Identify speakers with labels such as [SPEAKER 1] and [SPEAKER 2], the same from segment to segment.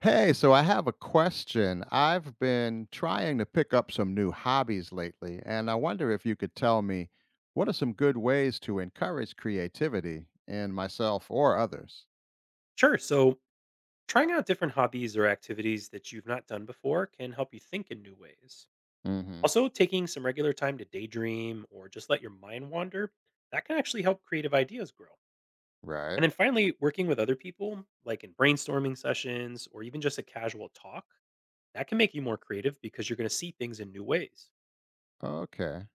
[SPEAKER 1] Hey, so I have a question. I've been trying to pick up some new hobbies lately, and I wonder if you could tell me what are some good ways to encourage creativity in myself or others?
[SPEAKER 2] Sure. So, trying out different hobbies or activities that you've not done before can help you think in new ways.
[SPEAKER 1] Hmm.
[SPEAKER 2] Also, taking some regular time to daydream or just let your mind wander, that can actually help creative ideas grow. And
[SPEAKER 1] Right.
[SPEAKER 2] then finally, working with other people, like in brainstorming sessions or even just a casual talk, that can make you more creative because you're going to see things in new ways.
[SPEAKER 1] Okay.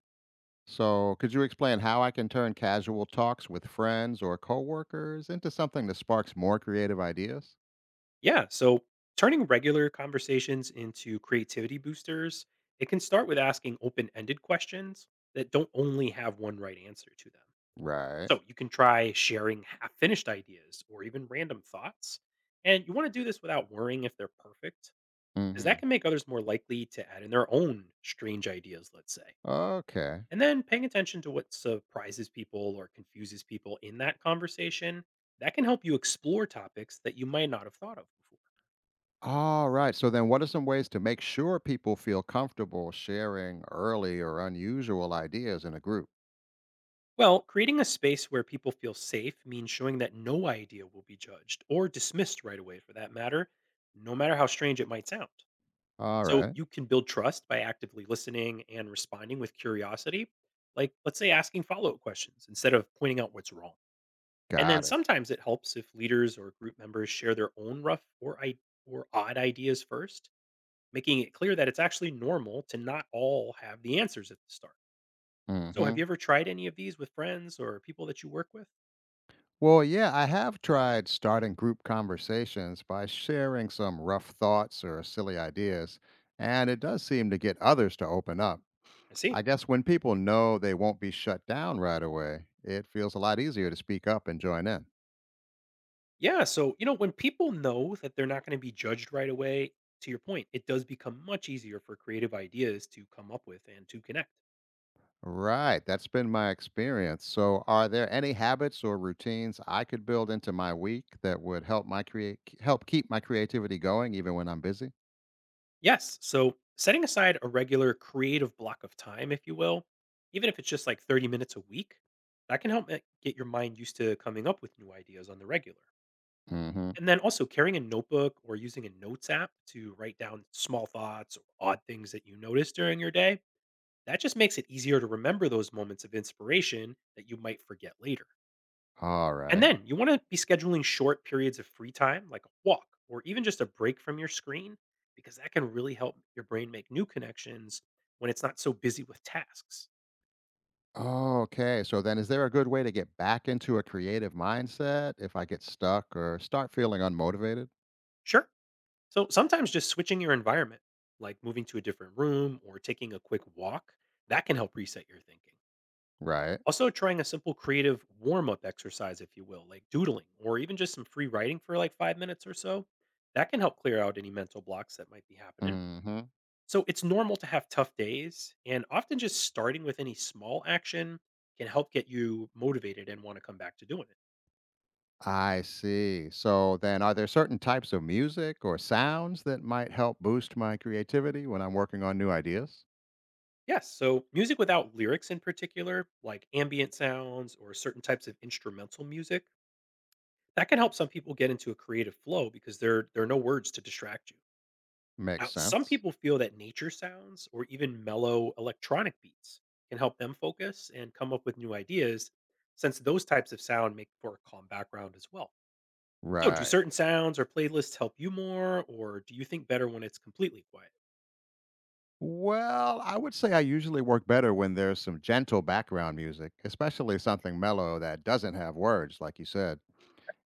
[SPEAKER 1] So, could you explain how I can turn casual talks with friends or coworkers into something that sparks more creative ideas?
[SPEAKER 2] Yeah. So, turning regular conversations into creativity boosters, it can start with asking open ended questions that don't only have one right answer to them.
[SPEAKER 1] Right.
[SPEAKER 2] So you can try sharing half finished ideas or even random thoughts. And you want to do this without worrying if they're perfect, because that
[SPEAKER 1] Hmm.
[SPEAKER 2] can make others more likely to add in their own strange ideas, let's say.
[SPEAKER 1] Okay.
[SPEAKER 2] And then paying attention to what surprises people or confuses people in that conversation, that can help you explore topics that you might not have thought of before.
[SPEAKER 1] All right. So then what are some ways to make sure people feel comfortable sharing early or unusual ideas in a group?
[SPEAKER 2] Well, creating a space where people feel safe means showing that no idea will be judged or dismissed right away for that matter, no matter how strange it might sound.
[SPEAKER 1] All
[SPEAKER 2] So
[SPEAKER 1] right.
[SPEAKER 2] you can build trust by actively listening and responding with curiosity, like let's say asking follow up questions instead of pointing out what's wrong. And then
[SPEAKER 1] Got it.
[SPEAKER 2] sometimes it helps if leaders or group members share their own rough or or odd ideas first, making it clear that it's actually normal to not all have the answers at the start. So have
[SPEAKER 1] Mhm.
[SPEAKER 2] you ever tried any of these with friends or people that you work with?
[SPEAKER 1] Well, yeah, I have tried starting group conversations by sharing some rough thoughts or silly ideas, and it does seem to get others to open up.
[SPEAKER 2] I see.
[SPEAKER 1] I guess when people know they won't be shut down right away, it feels a lot easier to speak up and join in.
[SPEAKER 2] Yeah, so you know when people know that they're not going to be judged right away, to your point, it does become much easier for creative ideas to come up with and to connect.
[SPEAKER 1] Right. That's been my experience. So, are there any habits or routines I could build into my week that would help keep my creativity going even when I'm busy?
[SPEAKER 2] Yes, so setting aside a regular creative block of time, if you will, even if it's just like 30 minutes a week, that can help get your mind used to coming up with new ideas on the regular.
[SPEAKER 1] Mhm.
[SPEAKER 2] And then also carrying a notebook or using a notes app to write down small thoughts or odd things that you notice during your day, that just makes it easier to remember those moments of inspiration that you might forget later.
[SPEAKER 1] All
[SPEAKER 2] And
[SPEAKER 1] right.
[SPEAKER 2] then you want to be scheduling short periods of free time, like a walk or even just a break from your screen, because that can really help your brain make new connections when it's not so busy with tasks.
[SPEAKER 1] Okay. So then is there a good way to get back into a creative mindset if I get stuck or start feeling unmotivated?
[SPEAKER 2] Sure. So sometimes just switching your environment, like moving to a different room or taking a quick walk, that can help reset your thinking.
[SPEAKER 1] Right.
[SPEAKER 2] Also, trying a simple creative warm up exercise, if you will, like doodling or even just some free writing for like 5 minutes or so, that can help clear out any mental blocks that might be happening.
[SPEAKER 1] Mhm.
[SPEAKER 2] So it's normal to have tough days, and often just starting with any small action can help get you motivated and want to come back to doing it.
[SPEAKER 1] I see. So then are there certain types of music or sounds that might help boost my creativity when I'm working on new ideas?
[SPEAKER 2] Yes, so music without lyrics in particular, like ambient sounds or certain types of instrumental music, that can help some people get into a creative flow because there are no words to distract you. Now,
[SPEAKER 1] Makes
[SPEAKER 2] some
[SPEAKER 1] sense.
[SPEAKER 2] people feel that nature sounds or even mellow electronic beats can help them focus and come up with new ideas since those types of sound make for a calm background as well. So, do
[SPEAKER 1] Right.
[SPEAKER 2] certain sounds or playlists help you more, or do you think better when it's completely quiet?
[SPEAKER 1] Well, I would say I usually work better when there's some gentle background music, especially something mellow that doesn't have words, like you said.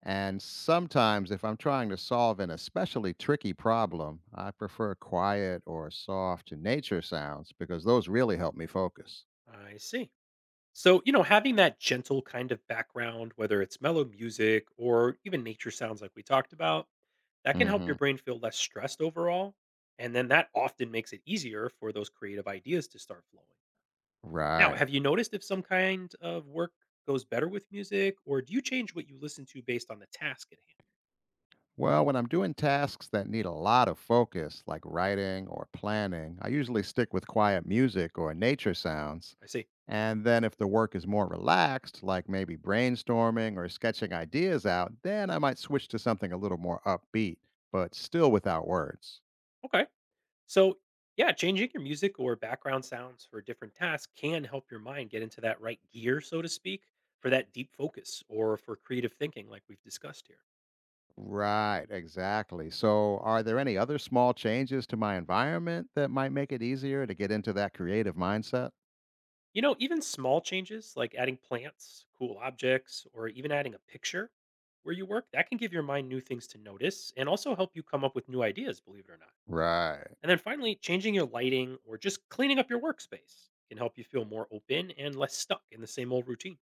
[SPEAKER 1] And sometimes, if I'm trying to solve an especially tricky problem, I prefer quiet or soft nature sounds because those really help me focus.
[SPEAKER 2] I see. So, you know, having that gentle kind of background, whether it's mellow music or even nature sounds like we talked about, that can help your
[SPEAKER 1] Hmm.
[SPEAKER 2] brain feel less stressed overall. And then that often makes it easier for those creative ideas to start flowing. Now,
[SPEAKER 1] Right.
[SPEAKER 2] have you noticed if some kind of work goes better with music, or do you change what you listen to based on the task at hand?
[SPEAKER 1] Well, when I'm doing tasks that need a lot of focus, like writing or planning, I usually stick with quiet music or nature sounds.
[SPEAKER 2] I see.
[SPEAKER 1] And then if the work is more relaxed, like maybe brainstorming or sketching ideas out, then I might switch to something a little more upbeat, but still without words.
[SPEAKER 2] Okay. So, yeah, changing your music or background sounds for different tasks can help your mind get into that right gear, so to speak, for that deep focus or for creative thinking, like we've discussed here.
[SPEAKER 1] Right, exactly. So, are there any other small changes to my environment that might make it easier to get into that creative mindset?
[SPEAKER 2] You know, even small changes like adding plants, cool objects, or even adding a picture where you work, that can give your mind new things to notice and also help you come up with new ideas, believe it or not.
[SPEAKER 1] Right.
[SPEAKER 2] And then finally, changing your lighting or just cleaning up your workspace can help you feel more open and less stuck in the same old routine.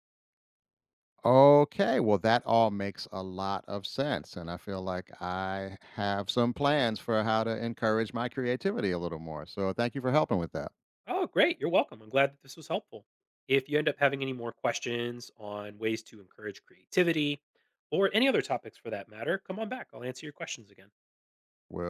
[SPEAKER 1] Okay. Well, that all makes a lot of sense. And I feel like I have some plans for how to encourage my creativity a little more. So, thank you for helping with that.
[SPEAKER 2] Oh, great. You're welcome. I'm glad that this was helpful. If you end up having any more questions on ways to encourage creativity or any other topics for that matter, come on back. I'll answer your questions again.
[SPEAKER 1] Well,